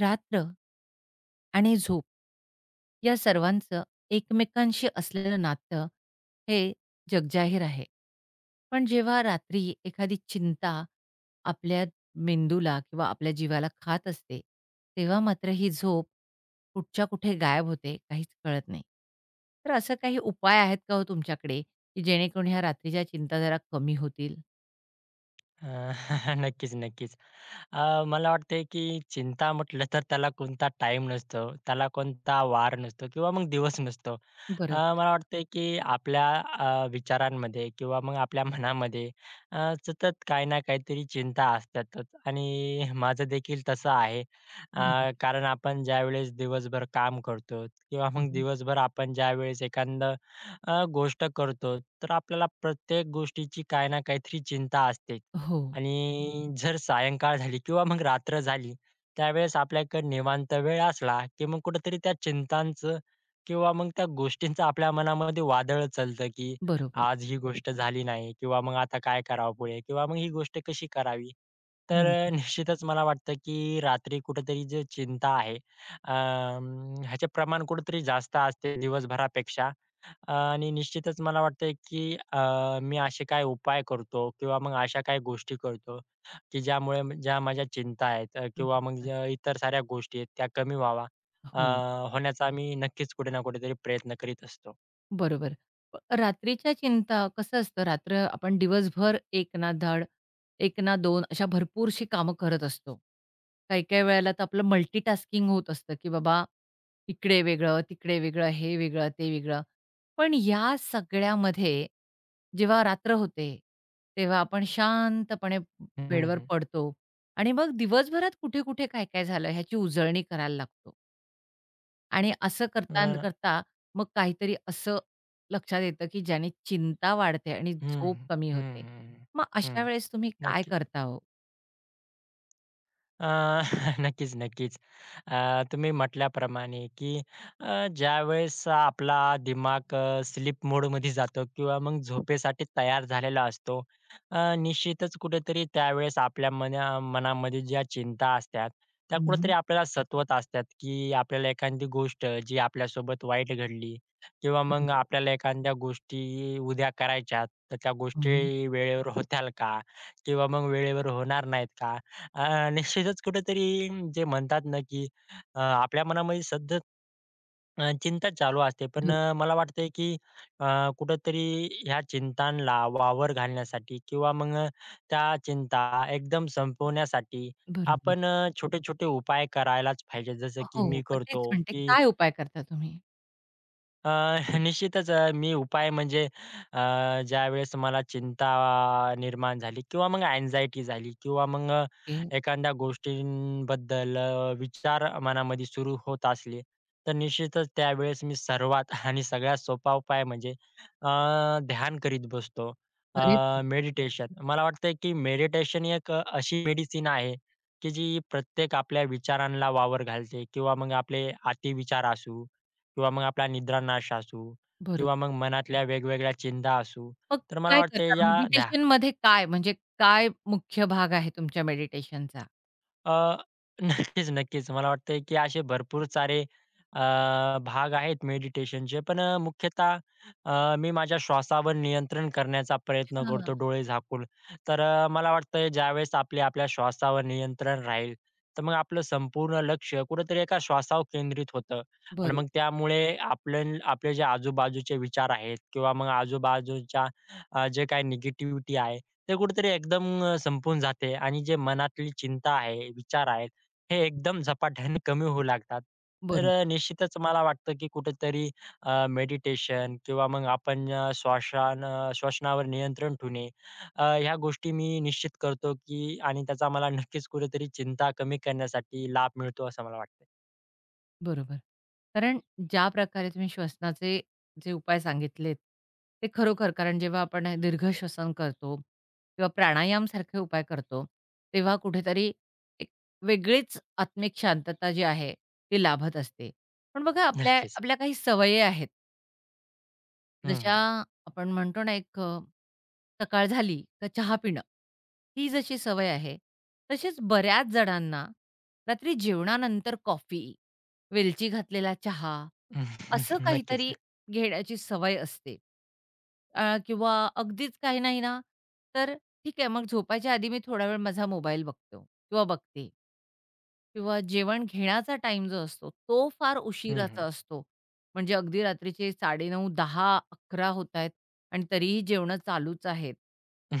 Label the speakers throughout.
Speaker 1: रात्र आणि झोप या सर्वांचं एकमेकांशी असलेलं नातं हे जगजाहीर आहे. पण जेव्हा रात्री एखादी चिंता आपल्या मेंदूला किंवा आपल्या जीवाला खात असते, तेव्हा मात्र ही झोप कुठच्या कुठे गायब होते काहीच कळत नाही. तर असं काही उपाय आहेत का हो तुमच्याकडे, की जेणेकरून ह्या रात्रीच्या चिंता जरा कमी होतील?
Speaker 2: अ, नक्कीच, नक्कीच. मला वाटतंय की चिंता म्हटलं तर त्याला कोणता टाइम नसतो, त्याला कोणता वार नसतो किंवा मग दिवस नसतो.
Speaker 1: बरोबर,
Speaker 2: मला वाटतंय की आपल्या विचारांमध्ये किंवा मग आपल्या मनामध्ये अ, सतत काही ना काहीतरी चिंता असतातच आणि माझं देखील तसं आहे.
Speaker 1: बरोबर.
Speaker 2: कारण आपण ज्यावेळेस दिवसभर काम करतो किंवा मग
Speaker 1: हं,
Speaker 2: दिवसभर आपण ज्यावेळेस एखादं गोष्ट करतो, तर आपल्याला प्रत्येक गोष्टीची काही ना काहीतरी चिंता असते.
Speaker 1: हो,
Speaker 2: आणि जर सायंकाळ झाली किंवा मग रात्र झाली, त्यावेळेस आपल्याकडे निवांत वेळ असला, की मग कुठेतरी त्या चिंतांचं किंवा मग त्या गोष्टींचं आपल्या मनामध्ये वादळ चालतं, की
Speaker 1: बरोबर.
Speaker 2: आज ही गोष्ट झाली नाही किंवा मग आता काय करावं पुढे किंवा मग ही गोष्ट कशी करावी? तर
Speaker 1: बरोबर,
Speaker 2: निश्चितच मला वाटतं, की रात्री कुठेतरी जी चिंता आहे, ह्याचे प्रमाण कुठेतरी जास्त असते दिवसभरापेक्षा. आणि निश्चितच मला वाटतं, की मी असे काय उपाय करतो किंवा मग अशा काही गोष्टी करतो, की ज्यामुळे ज्या माझ्या चिंता आहेत किंवा मग
Speaker 1: बरोबर.
Speaker 2: ज्या इतर साऱ्या गोष्टी आहेत त्या कमी व्हावा. अ,
Speaker 1: हो.
Speaker 2: होण्याचा आम्ही नक्कीच कुठे ना कुठेतरी प्रयत्न करीत असतो.
Speaker 1: बरोबर. रात्रीच्या चिंता कसं असतं, रात्र आपण दिवसभर एक ना धड, एक ना 2 अशा भरपूरशी कामं करत असतो. काही-काही वेळेला तर आपलं मल्टीटास्किंग होत असतं, की बाबा इकडे वेगळं, तिकडे वेगळं, हे वेगळं, ते वेगळं. पण या सगळ्यामध्ये जेव्हा रात्र होते, तेव्हा आपण शांतपणे
Speaker 2: हं,
Speaker 1: बेडवर
Speaker 2: हं.
Speaker 1: पडतो आणि मग दिवसभरात कुठे-कुठे, काय-काय झालं ह्याची उजळणी करायला लागतो. आणि असं करता
Speaker 2: अ,
Speaker 1: करता मग काहीतरी असं लक्षात येतं, की ज्याने चिंता वाढते आणि
Speaker 2: हं,
Speaker 1: झोप
Speaker 2: हं,
Speaker 1: कमी
Speaker 2: हं,
Speaker 1: होते.
Speaker 2: हं,
Speaker 1: मग अशा वेळेस तुम्ही काय
Speaker 2: नक्की.
Speaker 1: करता हो?
Speaker 2: अ, नक्कीच, नक्कीच. तुम्ही म्हटल्याप्रमाणे, की ज्यावेळेस आपला दिमाग स्लीप मोडमध्ये जातो किंवा मग झोपेसाठी तयार झालेला असतो, निश्चितच कुठेतरी त्यावेळेस आपल्या मनामध्ये ज्या चिंता असतात, त्या
Speaker 1: हं,
Speaker 2: कुठेतरी
Speaker 1: हं.
Speaker 2: आपल्याला सतवत असतात, की आपल्याला एखादी गोष्ट जी आपल्यासोबत वाईट घडली किंवा मग
Speaker 1: बरोबर.
Speaker 2: आपल्याला एखाद्या गोष्टी उद्या करायच्यात, तर त्या
Speaker 1: हं.
Speaker 2: गोष्टी वेळेवर होतील का? किंवा मग वेळेवर होणार नाहीत का? अ, निश्चितच कुठेतरी जे म्हणतात ना, की आपल्या मनामध्ये सतत चिंता चालू असते. पण
Speaker 1: बरो
Speaker 2: मला वाटतंय, की अ, कुठेतरी ह्या चिंतांना वावर घालण्यासाठी किंवा मग त्या चिंता एकदम संपवण्यासाठी
Speaker 1: बरोबर.
Speaker 2: आपण छोटे-छोटे उपाय करायलाच पाहिजे. जसं की
Speaker 1: हो,
Speaker 2: मी
Speaker 1: मग
Speaker 2: करतो,
Speaker 1: तेच म्हणते,
Speaker 2: की
Speaker 1: काय उपाय करता तुम्ही?
Speaker 2: अ, निश्चितच मी उपाय म्हणजे अ, ज्यावेळेस मला चिंता निर्माण झाली किंवा मग अँक्साइटी झाली किंवा मग
Speaker 1: ओके.
Speaker 2: एखाद्या गोष्टींबद्दल विचार मनामध्ये सुरू होत असले, तर निश्चितच त्यावेळेस मी सर्वात आणि सगळ्यात सोपा उपाय म्हणजे अ, ध्यान करीत बसतो.
Speaker 1: अरे वाह!
Speaker 2: मेडिटेशन. मला वाटतंय की मेडिटेशन एक अशी मेडिसिन आहे, की जी प्रत्येक आपल्या विचारांना वावर घालते किंवा मग आपले अतिविचार असू किंवा मग आपला निद्रानाश असू
Speaker 1: बरोबर.
Speaker 2: किंवा मग मनातल्या वेगवेगळ्या चिंता असू.
Speaker 1: मग
Speaker 2: तर मला
Speaker 1: काय करता
Speaker 2: वाटतंय या
Speaker 1: मेडिटेशनमध्ये, काय म्हणजे काय मुख्य भाग आहे तुमच्या मेडिटेशनचा?
Speaker 2: अ, नक्कीच, नक्कीच. मला वाटतंय, की असे भरपूर सारे अ, भाग आहेत मेडिटेशनचे. पण मुख्यतः मी माझ्या श्वासावर नियंत्रण करण्याचा प्रयत्न करतो
Speaker 1: हां.
Speaker 2: डोळे झाकून. तर मला वाटतंय ज्यावेळेस आपले आपल्या श्वासावर नियंत्रण राहील, तर मग आपलं संपूर्ण लक्ष कुठेतरी एका श्वासावर केंद्रित होतं आणि मग त्यामुळे आपलं आपले जे आजूबाजूचे विचार आहेत किंवा मग आजूबाजूच्या जे काही निगेटिव्हिटी आहे ते कुठेतरी एकदम संपून जाते आणि जे मनातली चिंता आहे, विचार आहेत, हे एकदम झपाट्याने कमी होऊ लागतात. तर
Speaker 1: बरोबर.
Speaker 2: निश्चितच मला वाटतं, की कुठेतरी मेडिटेशन किंवा मग आपण श्वसनावर नियंत्रण ठेवणे, ह्या गोष्टी मी निश्चित करतो, की आणि त्याचा मला नक्कीच कुठेतरी चिंता कमी करण्यासाठी लाभ मिळतो असं मला वाटतं.
Speaker 1: बरोबर. कारण ज्या प्रकारे तुम्ही श्वसनाचे जे उपाय सांगितलेत, ते खरोखर, कारण जेव्हा आपण दीर्घ श्वसन करतो किंवा प्राणायामसारखे उपाय करतो, तेव्हा कुठेतरी एक वेगळीच आत्मिक शांतता जी आहे, ती लाभत असते. पण बघा आपल्या
Speaker 2: नक्कीच.
Speaker 1: आपल्या काही सवयी आहेत,
Speaker 2: हं,
Speaker 1: जशा
Speaker 2: हं.
Speaker 1: आपण म्हणतो ना, एक सकाळ झाली का चहा पिणं, ही जशी सवय आहे, तसेच बऱ्याच जणांना रात्री जेवणानंतर कॉफी, वेलची घातलेला चहा, असं
Speaker 2: नक्कीच.
Speaker 1: काहीतरी घेण्याची सवय असते. किंवा अगदीच काही नाही ना, तर ठीक आहे, मग झोपायच्या आधी मी थोडा वेळ माझा मोबाईल बघतो किंवा बघते. किंवा जेवण घेण्याचा टाइम जो असतो, तो फार
Speaker 2: हं, हं.
Speaker 1: उशिराचा असतो. म्हणजे अगदी रात्रीचे 9:30, 10, 11 होत आहेत आणि तरीही जेवणं चालूच आहेत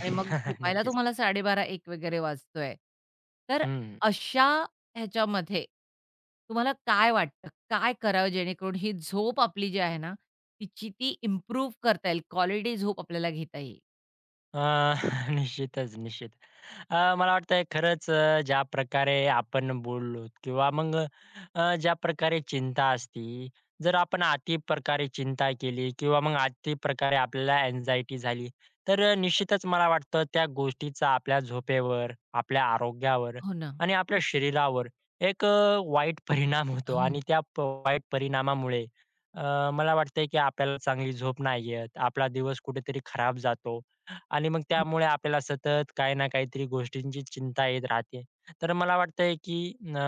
Speaker 1: आणि मग झोपायला
Speaker 2: नक्कीच.
Speaker 1: तुम्हाला 12:30-1 वगैरे वाजतोय. तर
Speaker 2: हं.
Speaker 1: अशा ह्याच्यामध्ये तुम्हाला काय वाटतं, काय करावं जेणेकरून ही झोप आपली जी आहे ना, तिची ती इम्प्रूव्ह करता येईल, क्वालिटी झोप आपल्याला घेता येईल?
Speaker 2: अ, निश्चितच, निश्चित. मला वाटतंय खरंच ज्या प्रकारे आपण बोललो किंवा मग ज्या प्रकारे चिंता असती, जर आपण अति प्रकारे चिंता केली किंवा मग अति प्रकारे आपल्याला अँक्साइटी झाली, तर निश्चितच मला वाटतं त्या गोष्टीचा आपल्या झोपेवर, आपल्या आरोग्यावर
Speaker 1: हो ना.
Speaker 2: आणि आपल्या शरीरावर एक वाईट परिणाम होतो आणि
Speaker 1: हं.
Speaker 2: त्या प वाईट परिणामामुळे मला वाटतंय की आपल्याला चांगली झोप नाही येत, आपला दिवस कुठेतरी खराब जातो. आणि मग त्यामुळे आपल्याला सतत काही ना काहीतरी गोष्टींची चिंता येत राहते. तर मला वाटतंय की अ,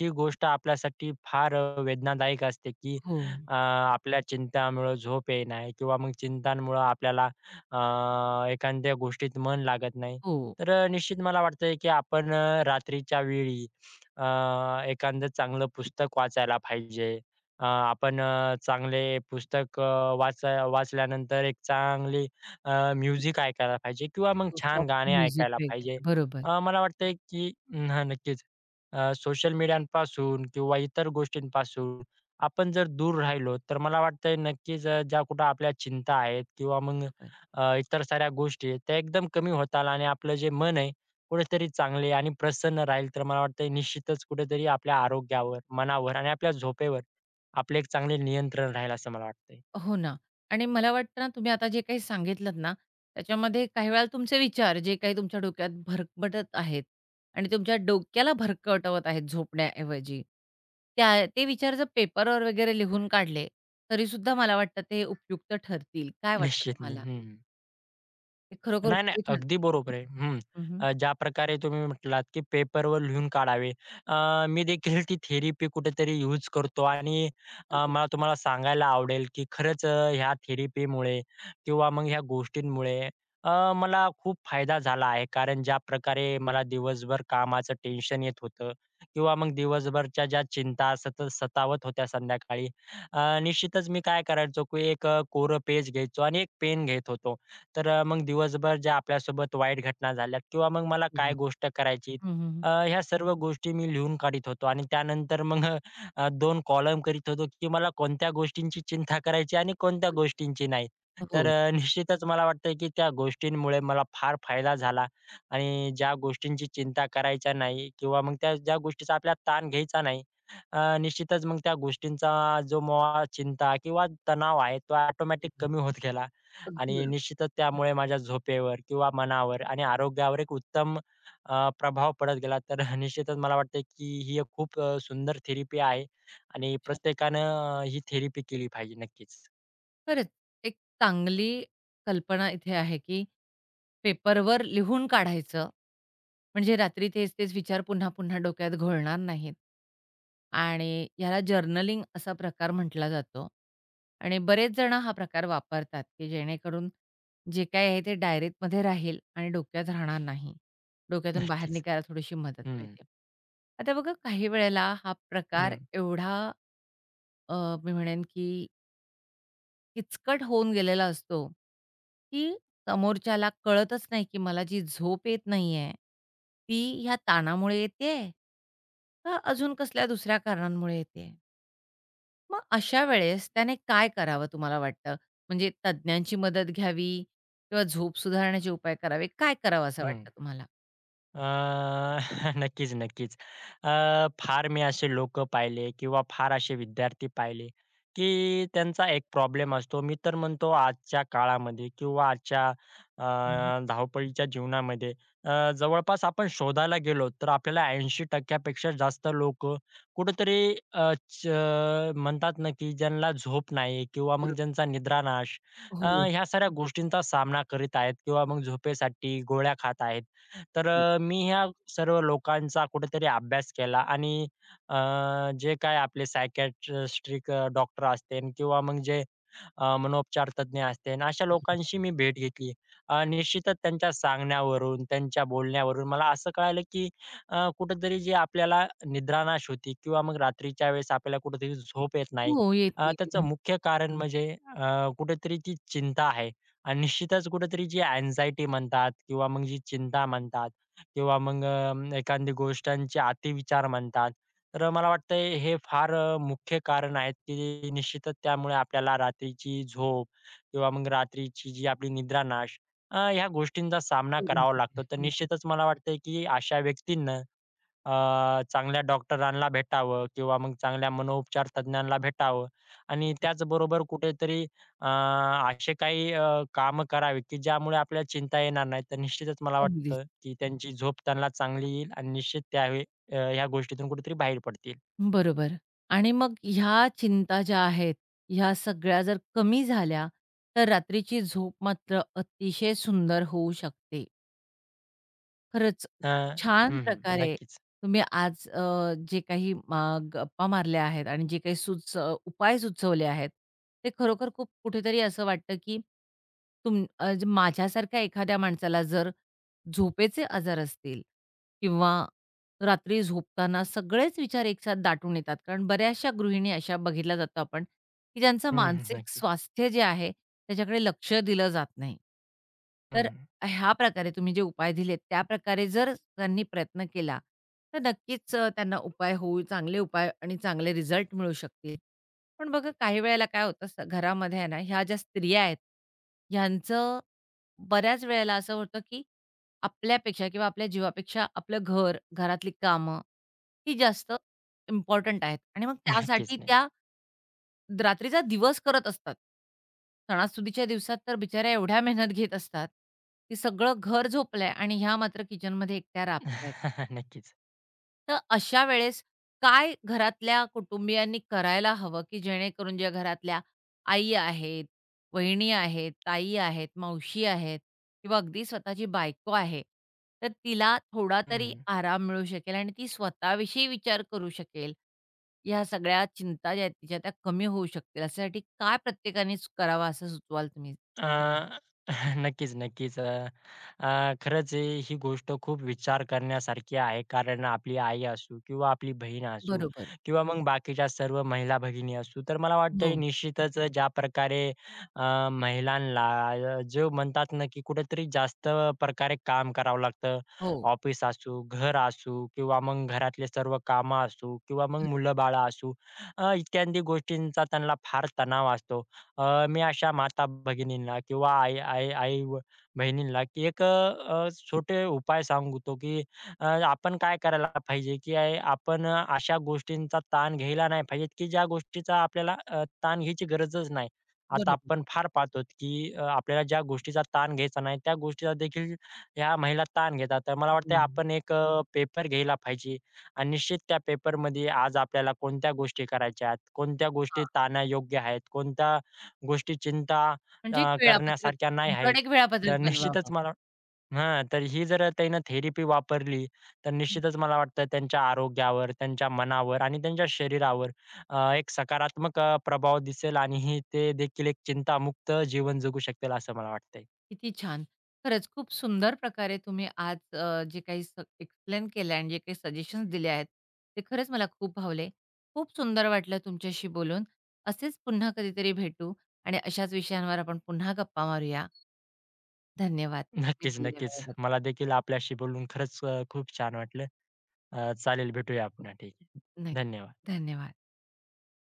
Speaker 2: ही गोष्ट आपल्यासाठी फार वेदनादायक असते की
Speaker 1: हो,
Speaker 2: आपल्या चिंतामुळं झोप येत नाही किंवा मग चिंतांमुळं आपल्याला एखाद्या गोष्टीत मन लागत नाही.
Speaker 1: हो.
Speaker 2: तर निश्चित मला वाटतंय की आपण रात्रीच्या वेळी अ, एखादं चांगलं पुस्तक वाचायला पाहिजे. आपण चांगले पुस्तक वाचल्यानंतर एक चांगली म्युझिक ऐकायला पाहिजे किंवा मग
Speaker 1: हो,
Speaker 2: छान
Speaker 1: सॉफ्ट
Speaker 2: गाणे
Speaker 1: म्युझिक
Speaker 2: ऐकायला पाहिजे.
Speaker 1: वगैरे. बरोबर,
Speaker 2: मला वाटतंय की हां, नक्कीच. सोशल मीडियापासून किंवा इतर गोष्टींपासून आपण जर दूर राहिलो, तर मला वाटतंय नक्कीच ज्या कुठं आपल्या चिंता आहेत किंवा मग
Speaker 1: बरोबर.
Speaker 2: इतर साऱ्या गोष्टी आहेत, त्या एकदम कमी होताल आणि आपलं जे मन आहे कुठेतरी चांगले आणि प्रसन्न राहील. तर मला वाटतंय निश्चितच कुठेतरी आपल्या आरोग्यावर, मनावर आणि आपल्या झोपेवर आपले एक चांगले नियंत्रण राहील असं मला वाटतंय.
Speaker 1: हो ना. आणि मला वाटतं ना, तुम्ही आता जे काही सांगितलत ना, त्याच्यामध्ये काही वेळा तुमचे विचार जे काही तुमच्या डोक्यात भरकटत आहेत आणि तुमच्या डोक्याला भरकटवत आहेत झोपण्याऐवजी, त्या ते विचार जर पेपरवर वगैरे लिहून काढले, तरीसुद्धा मला वाटतं ते उपयुक्त ठरतील. काय वाटतं
Speaker 2: निश्चितने.
Speaker 1: तुम्हाला?
Speaker 2: हं.
Speaker 1: ते खरोखर
Speaker 2: नाही, नाही.
Speaker 1: उपयोगी
Speaker 2: अगदी
Speaker 1: ठरतील?
Speaker 2: बरोबर आहे. हं.
Speaker 1: हं, हं.
Speaker 2: ज्या प्रकारे तुम्ही म्हटलात, की पेपरवर लिहून काढावे. मी देखील ती थेरपी कुठेतरी यूज करतो आणि
Speaker 1: अरे वाह!
Speaker 2: मला तुम्हाला सांगायला आवडेल, की खरंच ह्या थेरपीमुळे किंवा मग ह्या गोष्टींमुळे अ, मला खूप फायदा झाला आहे. कारण ज्या प्रकारे मला दिवसभर कामाचं टेन्शन येत होतं किंवा मग दिवसभरच्या ज्या चिंता सतत सतावत होत्या संध्याकाळी, निश्चितच मी काय करायचो, की एक कोरं पेज घ्यायचो आणि एक पेन घेत होतो. तर मग दिवसभर ज्या आपल्यासोबत वाईट घटना झाल्या किंवा मग मला काय
Speaker 1: हं,
Speaker 2: गोष्ट करायची
Speaker 1: हं. हं,
Speaker 2: ह्या सर्व गोष्टी मी लिहून काढीत होतो आणि त्यानंतर मग दोन कॉलम करीत होतो, की मला कोणत्या गोष्टींची चिंता करायची आणि कोणत्या
Speaker 1: बरोबर.
Speaker 2: गोष्टींची नाही. तर
Speaker 1: हो,
Speaker 2: निश्चितच मला वाटतं, की त्या गोष्टींमुळे मला फार फायदा झाला आणि ज्या गोष्टींची चिंता करायच्या नाही किंवा मग त्या ज्या गोष्टीचा आपल्याला ताण घ्यायचा नाही, निश्चितच मग त्या गोष्टींचा जो मला चिंता किंवा तणाव आहे, तो ऑटोमॅटिक
Speaker 1: बरोबर.
Speaker 2: कमी होत गेला
Speaker 1: अगदी
Speaker 2: आणि
Speaker 1: बरोबर.
Speaker 2: निश्चितच त्यामुळे माझ्या झोपेवर किंवा मनावर आणि आरोग्यावर एक उत्तम प्रभाव पडत गेला. तर निश्चितच मला वाटतंय की ही एक खूप सुंदर थेरपी आहे आणि प्रत्येकानं ही थेरपी केली पाहिजे. नक्कीच.
Speaker 1: खरंच, एक चांगली कल्पना इथे आहे, की पेपरवर लिहून काढायचं. म्हणजे रात्री तेच-तेच विचार पुन्हा-पुन्हा डोक्यात घोळणार नाहीत. आणि ह्याला जर्नलिंग असा प्रकार म्हटला जातो. आणि बरेच जण हा प्रकार वापरतात, की जेणेकरून जे काही आहे ते डायरीमध्ये राहील आणि डोक्यात राहणार नाही. डोक्यातून बाहेर
Speaker 2: नक्कीच.
Speaker 1: निघायला थोडीशी मदत
Speaker 2: हं,
Speaker 1: मिळते. आता बघा, काही वेळेला हा प्रकार
Speaker 2: हं,
Speaker 1: एवढा अ, मी म्हणेन, की किचकट होऊन गेलेला असतो, की समोरच्याला कळतच नाही, की मला जी झोप येत नाहीये, ती ह्या ताणामुळे येतेय का अजून कसल्या दुसऱ्या कारणांमुळे येतेय? मग अशा वेळेस त्याने काय करावं तुम्हाला वाटतं? म्हणजे तज्ञांची मदत घ्यावी किंवा झोप सुधारण्याचे उपाय करावे, काय करावं असं
Speaker 2: हं.
Speaker 1: वाटतं तुम्हाला?
Speaker 2: अ, नक्कीच, नक्कीच. अ, फार मी असे लोकं पाहिले किंवा फार असे विद्यार्थी पाहिले, की त्यांचा एक प्रॉब्लेम असतो. मी तर म्हणतो आजच्या काळामध्ये किंवा आजच्या
Speaker 1: हं,
Speaker 2: धावपळीच्या जीवनामध्ये जवळपास आपण शोधायला गेलो तर आपल्याला 80% पेक्षा जास्त लोकं कुठेतरी म्हणतात ना, की ज्यांना झोप नाही किंवा मग
Speaker 1: बरोबर.
Speaker 2: ज्यांचा निद्रानाश
Speaker 1: हो, हो,
Speaker 2: ह्या साऱ्या गोष्टींचा सामना करीत आहेत किंवा मग झोपेसाठी गोळ्या खात आहेत. तर
Speaker 1: बरोबर.
Speaker 2: मी ह्या सर्व लोकांचा कुठेतरी अभ्यास केला आणि अ, जे काय आपले सायकियाट्रिस्टिक डॉक्टर असतील किंवा मग जे मनोपचार तज्ञ असतील, अशा लोकांशी मी भेट घेतली. निश्चितच त्यांच्या सांगण्यावरून, त्यांच्या बोलण्यावरून मला असं कळालं, की कुठेतरी जी आपल्याला निद्रानाश होती किंवा मग रात्रीच्या वेळेस आपल्याला कुठेतरी झोप येत नाही.
Speaker 1: हो, येते.
Speaker 2: त्याचं मुख्य कारण म्हणजे कुठेतरी ती चिंता आहे. आणि निश्चितच कुठेतरी जी अँक्साइटी म्हणतात किंवा मग जी चिंता म्हणतात किंवा मग एखादी गोष्टांचे अतिविचार म्हणतात. तर मला वाटतंय हे फार मुख्य कारण आहेत, की निश्चितच त्यामुळे आपल्याला रात्रीची झोप किंवा मग रात्रीची जी आपली निद्रानाश ह्या गोष्टींचा सामना
Speaker 1: बरोबर
Speaker 2: करावा लागतो.
Speaker 1: आहे.
Speaker 2: तर
Speaker 1: हो, हो.
Speaker 2: निश्चितच मला वाटतंय, की अशा व्यक्तींना चांगल्या डॉक्टरांना भेटावं किंवा मग चांगल्या मनोपचार तज्ञांना भेटावं आणि त्याचबरोबर कुठेतरी असे काही कामं करावी, की ज्यामुळे आपल्याला चिंता येणार नाही. तर निश्चितच मला
Speaker 1: अगदीच.
Speaker 2: वाटतं, की त्यांची झोप त्यांना चांगली येईल आणि निश्चित त्यावेळी ह्या गोष्टीतून कुठेतरी बाहेर पडतील.
Speaker 1: बरोबर. आणि मग ह्या चिंता ज्या आहेत, ह्या सगळ्या जर कमी झाल्या, तर रात्रीची झोप मात्र अतिशय सुंदर होऊ शकते. खरंच
Speaker 2: अ,
Speaker 1: छान
Speaker 2: हं, हं.
Speaker 1: प्रकारे
Speaker 2: नक्कीच.
Speaker 1: तुम्ही आज जे काही गप्पा मारल्या आहेत आणि जे काही उपाय सुचवले आहेत, ते खरोखर खूप कुठेतरी असं वाटतं, की तुम अ, ज माझ्यासारख्या एखाद्या माणसाला जर झोपेचे आजार असतील किंवा रात्री झोपताना सगळेच विचार एकसाथ दाटून येतात. कारण बऱ्याचशा गृहिणी अशा बघितल्या जातो आपण, की ज्यांचं
Speaker 2: हं, हं.
Speaker 1: मानसिक
Speaker 2: नक्कीच.
Speaker 1: स्वास्थ्य जे आहे त्याच्याकडे लक्ष दिलं जात नाही. तर
Speaker 2: हं.
Speaker 1: ह्या प्रकारे तुम्ही जे उपाय दिलेत, त्याप्रकारे जर त्यांनी प्रयत्न केला, तर नक्कीच त्यांना उपाय होऊ चांगले उपाय आणि चांगले रिझल्ट मिळू शकतील. पण बघा, काही वेळेला काय होतं घरामध्ये आहे ना, ह्या ज्या स्त्रिया आहेत, ह्यांचं बऱ्याच वेळेला असं होतं, की आपल्यापेक्षा किंवा आपल्या जीवापेक्षा आपलं घर, घरातली कामं ही जास्त इम्पोर्टंट आहेत आणि मग
Speaker 2: नक्कीच
Speaker 1: त्यासाठी
Speaker 2: नाही.
Speaker 1: त्या रात्रीचा दिवस करत असतात. सणासुदीच्या दिवसात तर बिचाऱ्या एवढ्या मेहनत घेत असतात, की सगळं घर झोपलंय आणि ह्या मात्र किचनमध्ये एकट्या राबतायेत.
Speaker 2: नक्कीच.
Speaker 1: तर अशा वेळेस काय घरातल्या कुटुंबियांनी करायला हवं, की जेणेकरून ज्या घरातल्या आई आहेत, वहिनी आहेत, ताई आहेत, मावशी आहेत किंवा अगदी स्वतःची बायको आहे, तर तिला थोडा तरी
Speaker 2: हं.
Speaker 1: आराम मिळू शकेल आणि ती स्वतःविषयी विचार करू शकेल. ह्या सगळ्या चिंता ज्या आहेत तिच्या, त्या कमी होऊ शकतील. यासाठी काय प्रत्येकानेच करावं असं सुचवाल तुम्ही?
Speaker 2: अ, नक्कीच, नक्कीच. अ, अ, खरंच ही गोष्ट खूप विचार करण्यासारखी आहे. कारण आपली आई असू किंवा आपली बहीण असू
Speaker 1: बरोबर.
Speaker 2: किंवा मग बाकीच्या सर्व महिला भगिनी असू, तर मला वाटतंय
Speaker 1: हो,
Speaker 2: निश्चितच ज्या प्रकारे महिलांना जो म्हणतात ना, की कुठेतरी जास्त प्रकारे काम करावं लागतं.
Speaker 1: हो.
Speaker 2: ऑफिस असू, घर असू किंवा मग घरातले सर्व कामं असू किंवा मग
Speaker 1: बरो
Speaker 2: मुलं-बाळं असू इत्यादी गोष्टींचा त्यांना फार तणाव असतो. मी अशा माता भगिनींना किंवा आई आई आई व बहिणींना की एक अ, अ, छोटे उपाय सांगतो की अ, आपण काय करायला पाहिजे की आहे आपण अशा गोष्टींचा ताण घ्यायला नाही पाहिजे की ज्या गोष्टीचा आपल्याला ताण घ्यायची गरजच नाही. आता
Speaker 1: बरोबर.
Speaker 2: आपण फार पाहतो की आपल्याला ज्या गोष्टीचा ताण घ्यायचा नाही त्या गोष्टीचा देखील ह्या महिला ताण घेतात. तर मला वाटतंय
Speaker 1: हं.
Speaker 2: आपण एक पेपर घ्यायला पाहिजे आणि निश्चित त्या पेपरमध्ये आज आपल्याला कोणत्या गोष्टी करायच्या आहेत, कोणत्या गोष्टी
Speaker 1: हां,
Speaker 2: ताणा योग्य आहेत, कोणत्या गोष्टी चिंता
Speaker 1: म्हणजे एक वेळापत्रक,
Speaker 2: करण्यासारख्या नाही आहेत.
Speaker 1: तुमच्याकडे एक
Speaker 2: तर
Speaker 1: वेळापत्रक
Speaker 2: निश्चितच
Speaker 1: बनवावं.
Speaker 2: मला हां, तर ही जर त्यानं थेरपी वापरली, तर निश्चितच मला वाटतं त्यांच्या आरोग्यावर, त्यांच्या मनावर आणि त्यांच्या शरीरावर एक सकारात्मक प्रभाव दिसेल आणि ही ते देखील एक चिंतामुक्त जीवन जगू शकतील असं मला वाटतंय.
Speaker 1: किती छान! खरंच खूप सुंदर प्रकारे तुम्ही आज जे काही एक्सप्लेन केलं आणि जे काही सजेशन्स दिले आहेत, ते खरंच मला खूप भावले. खूप सुंदर वाटलं तुमच्याशी बोलून. असेच पुन्हा कधीतरी भेटू आणि अशाच विषयांवर आपण पुन्हा गप्पा मारूया. धन्यवाद. तुम्ही
Speaker 2: नक्कीच,
Speaker 1: दिलेल्या
Speaker 2: नक्कीच.
Speaker 1: वेळेबद्दल.
Speaker 2: मला देखील आपल्याशी बोलून खरंच खूप छान वाटलं. चालेल, भेटूया पुन्हा. ठीक आहे.
Speaker 1: नक्की.
Speaker 2: धन्यवाद.
Speaker 1: धन्यवाद.